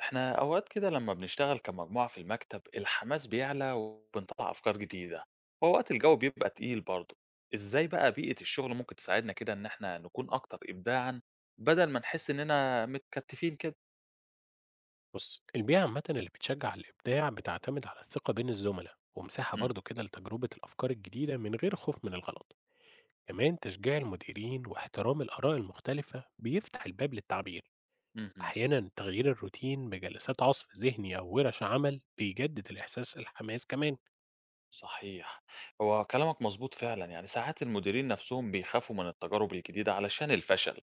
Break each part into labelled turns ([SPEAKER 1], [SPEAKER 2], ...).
[SPEAKER 1] احنا اوقات كده لما بنشتغل كمجموعة في المكتب الحماس بيعلى وبنطلع افكار جديدة، واوقات الجو بيبقى تقيل برضه. ازاي بقى بيئة الشغل ممكن تساعدنا كده ان احنا نكون اكتر ابداعا بدل ما نحس اننا متكتفين كده؟
[SPEAKER 2] بص، البيئة عامة اللي بتشجع الإبداع بتعتمد على الثقة بين الزملاء ومساحة
[SPEAKER 1] امم.
[SPEAKER 2] برضو كده لتجربة الأفكار الجديدة من غير خوف من الغلط. كمان تشجيع المديرين واحترام الآراء المختلفة بيفتح الباب للتعبير.
[SPEAKER 1] امم.
[SPEAKER 2] أحيانا تغيير الروتين بجلسات عصف ذهني أو ورش عمل بيجدد الإحساس الحماس كمان.
[SPEAKER 1] صحيح. هو كلامك مظبوط فعلا، يعني ساعات المديرين نفسهم بيخافوا من التجارب الجديدة علشان الفشل.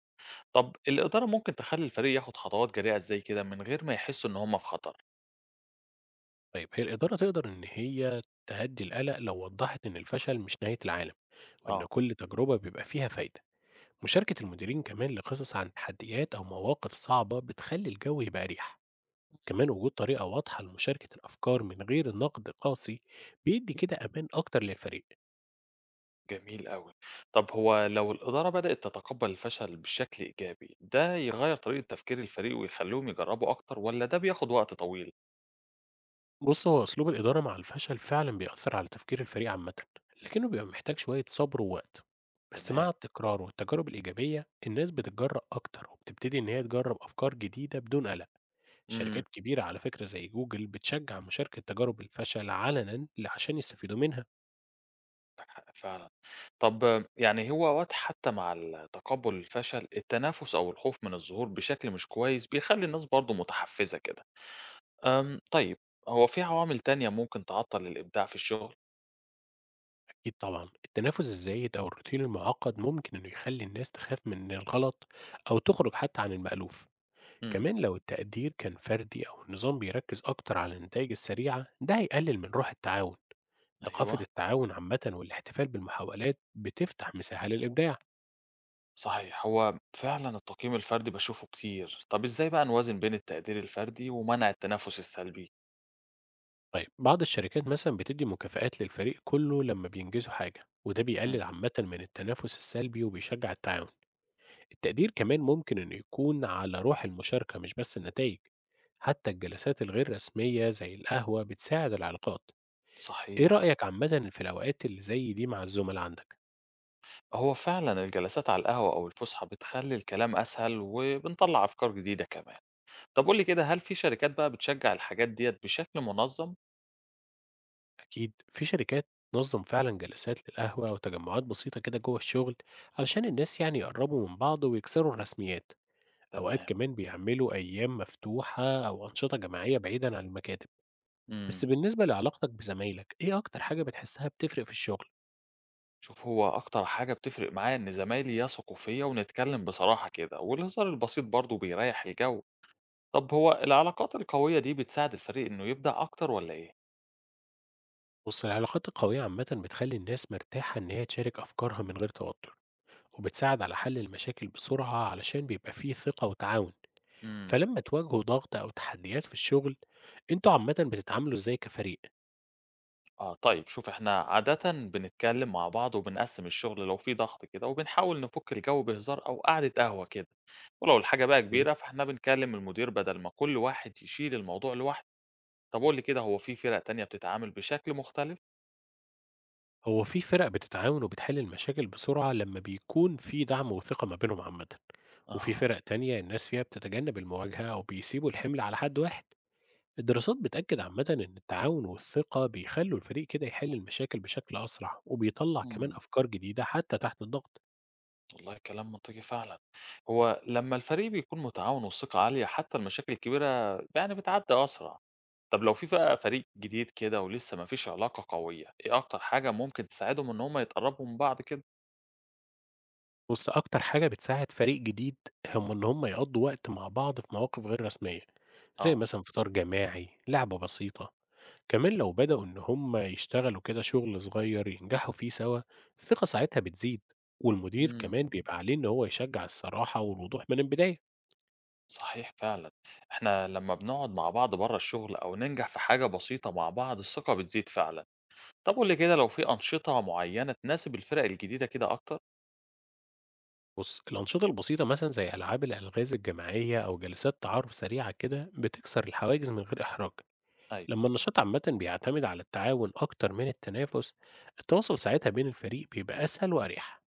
[SPEAKER 1] طب الإدارة ممكن تخلي الفريق ياخد خطوات جريئة ازاي كده من غير ما يحسوا ان هم في خطر؟
[SPEAKER 2] طيب، هي الإدارة تقدر إن هي تهدي القلق لو وضحت إن الفشل مش نهاية العالم، وإن
[SPEAKER 1] اه.
[SPEAKER 2] كل تجربة بيبقى فيها فايدة. مشاركة المديرين كمان لقصص عن تحديات أو مواقف صعبة بتخلي الجو يبقى أريح. كمان وجود طريقة واضحة لمشاركة الأفكار من غير النقد قاسي بيدي كده أمان أكتر للفريق.
[SPEAKER 1] جميل أوي. طب هو لو الإدارة بدأت تتقبّل الفشل بشكل إيجابي، ده يغيّر طريقة تفكير الفريق ويخلّيهم يجرّبوا أكتر والّا ده بياخد وقت طويل؟
[SPEAKER 2] بص، هو أسلوب الإدارة مع الفشل فعلا بيأثر على تفكير الفريق عامة، لكنه بيبقى محتاج شوية صبر ووقت. بس مع
[SPEAKER 1] تمام.
[SPEAKER 2] التكرار والتجارب الإيجابية الناس بتتجرأ أكتر وبتبتدي إن هي تجرب أفكار جديدة بدون قلق.
[SPEAKER 1] إمم.
[SPEAKER 2] شركات كبيرة على فكرة زي جوجل بتشجع مشاركة تجارب الفشل علنا عشان يستفيدوا منها.
[SPEAKER 1] عندك حق فعلًا. طب، يعني هو أوقات حتى مع تقبُّل الفشل، التنافس أو الخوف من الظهور بشكل مش كويس بيخلّي الناس برضه متحفّزة كده. طيب، هو في عوامل تانية ممكن تعطّل الإبداع في الشغل؟
[SPEAKER 2] أكيد طبعًا، التنافس الزايد أو الروتين المعقد ممكن إنه يخلي الناس تخاف من الغلط أو تخرج حتى عن المألوف.
[SPEAKER 1] إمم.
[SPEAKER 2] كمان لو التقدير كان فردي أو النظام بيركز أكتر على النتايج السريعة ده هيقلل من روح التعاون. ثقافة
[SPEAKER 1] أيوه.
[SPEAKER 2] التعاون عامةً والاحتفال بالمحاولات بتفتح مساحة للإبداع.
[SPEAKER 1] صحيح، هو فعلًا التقييم الفردي باشوفه كتير، طب إزاي بقى نوازن بين التقدير الفردي ومنع التنافس السلبي؟
[SPEAKER 2] طيب، بعض الشركات مثلًا بتدي مكافآت للفريق كله لما بينجزوا حاجة، وده
[SPEAKER 1] إمم.
[SPEAKER 2] بيقلل عامةً من التنافس السلبي وبيشجع التعاون. التقدير كمان ممكن إنه يكون على روح المشاركة مش بس النتائج. حتى الجلسات الغير رسمية زي القهوة بتساعد العلاقات. إيه
[SPEAKER 1] صحيح،
[SPEAKER 2] رأيك عامة في الأوقات اللي زي دي مع الزملاء عندك؟
[SPEAKER 1] هو فعلًا الجلسات على القهوة أو الفسحة بتخلّي الكلام أسهل وبنطلّع أفكار جديدة كمان. طب قُل لي كده، هل في شركات بقى بتشجع الحاجات ديّة بشكل منظم؟
[SPEAKER 2] أكيد في شركات تنظم فعلا جلسات للقهوة وتجمعات بسيطة كده جوه الشغل علشان الناس يعني يقربوا من بعض ويكسروا الرسميات. أوقات
[SPEAKER 1] تمام.
[SPEAKER 2] كمان بيعملوا أيام مفتوحة أو أنشطة جماعية بعيدا عن المكاتب.
[SPEAKER 1] إمم.
[SPEAKER 2] بس بالنسبة لعلاقتك بزمايلك، إيه أكتر حاجة بتحسها بتفرق في الشغل؟
[SPEAKER 1] شوف، هو أكتر حاجة بتفرق معايا إن زمايلي يثقوا فيّا ونتكلم بصراحة كده، والهزار البسيط برضه بيريّح الجو. طب هو العلاقات القوية دي بتساعد الفريق إنه يبدع أكتر والّا إيه؟
[SPEAKER 2] بص، العلاقات القوية عامة بتخلي الناس مرتاحة إن هي تشارك أفكارها من غير توتر، وبتساعد على حل المشاكل بسرعة علشان بيبقى فيه ثقة وتعاون.
[SPEAKER 1] إمم.
[SPEAKER 2] فلما تواجهوا ضغط أو تحديات في الشغل، انتوا عامة بتتعاملوا إزاي كفريق؟
[SPEAKER 1] آه طيب، شوف إحنا عادةً بنتكلم مع بعض وبنقسّم الشغل لو في ضغط كده، وبنحاول نفُك الجو بهزار أو قعدة قهوة كده، ولو الحاجة بقى
[SPEAKER 2] أوكي.
[SPEAKER 1] كبيرة فإحنا بنكلم المدير بدل ما كل واحد يشيل الموضوع لوحده. طب قُل لي كده، هو في فرق تانية بتتعامل بشكل مختلف؟
[SPEAKER 2] هو في فرق بتتعاون وبتحل المشاكل بسرعة لما بيكون في دعم وثقة ما بينهم عامة، وفي
[SPEAKER 1] أها.
[SPEAKER 2] فرق تانية الناس فيها بتتجنب المواجهة أو بيسيبوا الحمل على حد واحد. الدراسات بتأكد عامة إن التعاون والثقة بيخلوا الفريق كده يحل المشاكل بشكل أسرع وبيطلع كمان
[SPEAKER 1] إمم.
[SPEAKER 2] أفكار جديدة حتى تحت الضغط.
[SPEAKER 1] والله كلام منطقي فعلًا. هو لمّا الفريق بيكون متعاون والثقة عالية حتى المشاكل الكبيرة يعني بتعدّي أسرع. طب لو في بقى فريق جديد كده ولسه ما فيش علاقة قوية، إيه أكتر حاجة ممكن تساعدهم إن هم يتقربوا من بعض كده؟
[SPEAKER 2] بص، أكتر حاجة بتساعد فريق جديد هم إن هم يقضوا وقت مع بعض في مواقف غير رسمية، زي
[SPEAKER 1] آه.
[SPEAKER 2] مثلا فطار جماعي، لعبة بسيطة. كمان لو بدأوا إن هم يشتغلوا كده شغل صغير ينجحوا فيه سوا، الثقة ساعتها بتزيد. والمدير
[SPEAKER 1] إمم،
[SPEAKER 2] كمان بيبقى عليه إن هو يشجع الصراحة والوضوح من البداية.
[SPEAKER 1] صحيح فعلًا، إحنا لمّا بنقعد مع بعض برّه الشغل أو ننجح في حاجة بسيطة مع بعض الثقة بتزيد فعلًا. طب قُل لي كده، لو في أنشطة معيّنة تناسب الفرق الجديدة كده أكتر؟
[SPEAKER 2] بُص، الأنشطة البسيطة مثلًا زي ألعاب الألغاز الجماعية أو جلسات تعارف سريعة كده بتكسر الحواجز من غير إحراج.
[SPEAKER 1] أيوه.
[SPEAKER 2] لمّا النشاط عامةً بيعتمد على التعاون أكتر من التنافس، التواصل ساعتها بين الفريق بيبقى أسهل وأريح.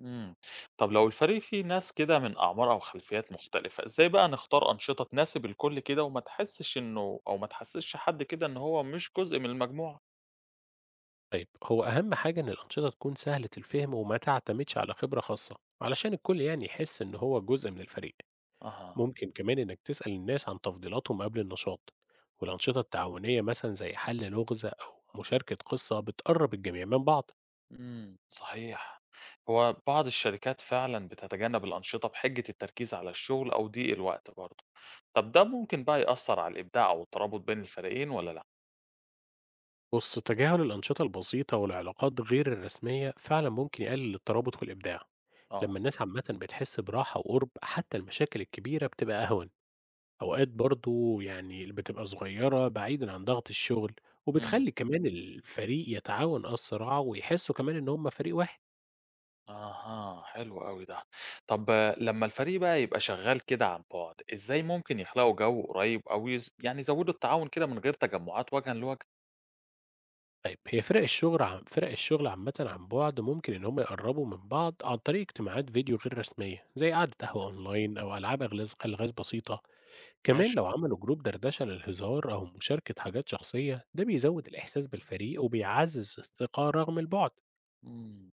[SPEAKER 1] إمم. طب لو الفريق فيه ناس كده من أعمار أو خلفيات مختلفة، إزاي بقى نختار أنشطة تناسب الكل كده وما تحسش إنه أو ما تحسسش حد كده إن هو مش جزء من المجموعة؟
[SPEAKER 2] طيب، هو أهم حاجة إن الأنشطة تكون سهلة الفهم وما تعتمدش على خبرة خاصة، علشان الكل يعني يحس إن هو جزء من الفريق.
[SPEAKER 1] أها.
[SPEAKER 2] ممكن كمان إنك تسأل الناس عن تفضيلاتهم قبل النشاط، والأنشطة التعاونية مثلًا زي حل لغز أو مشاركة قصة بتقرب الجميع من بعض.
[SPEAKER 1] إمم، صحيح. هو بعض الشركات فعلًا بتتجنب الأنشطة بحجة التركيز على الشغل أو ضيق الوقت برضه. طب ده ممكن بقى يأثّر على الإبداع أو الترابط بين الفريقين والّا لأ؟
[SPEAKER 2] بص، تجاهل الأنشطة البسيطة والعلاقات غير الرسمية فعلا ممكن يقلل الترابط والإبداع.
[SPEAKER 1] آه.
[SPEAKER 2] لما الناس عامة بتحس براحة وقرب حتى المشاكل الكبيرة بتبقى أهون. أوقات برضو يعني بتبقى صغيرة بعيدا عن ضغط الشغل،
[SPEAKER 1] إمم.
[SPEAKER 2] وبتخلي كمان الفريق يتعاون أسرع ويحسوا كمان إن هم فريق واحد.
[SPEAKER 1] أها، حلو أوي ده. طب آه، لمّا الفريق بقى يبقى شغّال كده عن بُعد، إزاي ممكن يخلقوا جو قريب أو يعني يزوّدوا التعاون كده من غير تجمُّعات وجهًا لوجه؟
[SPEAKER 2] طيب، هي فرق الشغل عامة عن بعد ممكن إن هم يقربوا من بعض عن طريق اجتماعات فيديو غير رسمية زي قعدة قهوة أونلاين أو ألعاب ألغاز بسيطة. كمان
[SPEAKER 1] ماشي.
[SPEAKER 2] لو عملوا جروب دردشة للهزار أو مشاركة حاجات شخصية ده بيزود الإحساس بالفريق وبيعزز الثقة رغم البعد.
[SPEAKER 1] إمم.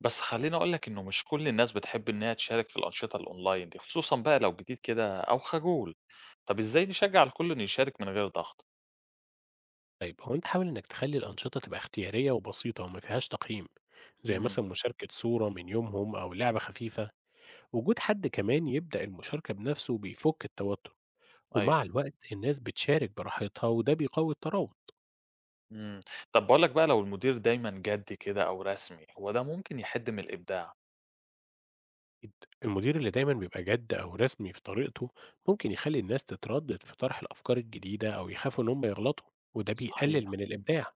[SPEAKER 1] بس خلّيني أقول لك إنه مش كل الناس بتحب إن هي تشارك في الأنشطة الأونلاين دي، خصوصًا بقى لو جديد كده أو خجول. طب إزاي نشجّع الكل إنه يشارك من غير ضغط؟
[SPEAKER 2] طيب، هو أنت حاول إنك تخلي الأنشطة تبقى اختيارية وبسيطة وما فيهاش تقييم، زي
[SPEAKER 1] إمم.
[SPEAKER 2] مثلا مشاركة صورة من يومهم أو لعبة خفيفة. وجود حد كمان يبدأ المشاركة بنفسه بيفك التوتر،
[SPEAKER 1] أيوه.
[SPEAKER 2] ومع الوقت الناس بتشارك براحتها وده بيقوي الترابط.
[SPEAKER 1] إمم. طب باقول لك بقى لو المدير دايمًا جدّي كده أو رسمي، هو ده ممكن يحد من الإبداع.
[SPEAKER 2] أكيد. المدير اللي دايما بيبقى جد أو رسمي في طريقته ممكن يخلي الناس تتردد في طرح الأفكار الجديدة أو يخافوا إن هم يغلطوا، وده بيقلل
[SPEAKER 1] صحيح.
[SPEAKER 2] من الإبداع.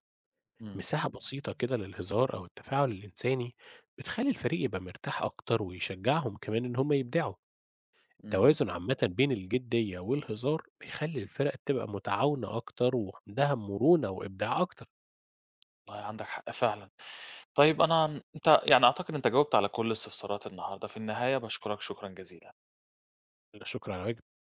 [SPEAKER 1] إمم.
[SPEAKER 2] مساحة بسيطة كده للهزار أو التفاعل الإنساني بتخلي الفريق يبقى مرتاح أكتر ويشجعهم كمان إن هم يبدعوا.
[SPEAKER 1] إمم.
[SPEAKER 2] التوازن عامة بين الجدية والهزار بيخلي الفرق تبقى متعاونة أكتر وعندها مرونة وإبداع أكتر.
[SPEAKER 1] والله عندك حق فعلًا. طيب أنت يعني أعتقد أنت جاوبت على كل استفساراتي النهارده، في النهاية باشكرك شكرًا جزيلًا.
[SPEAKER 2] لا، شكرا على واجب.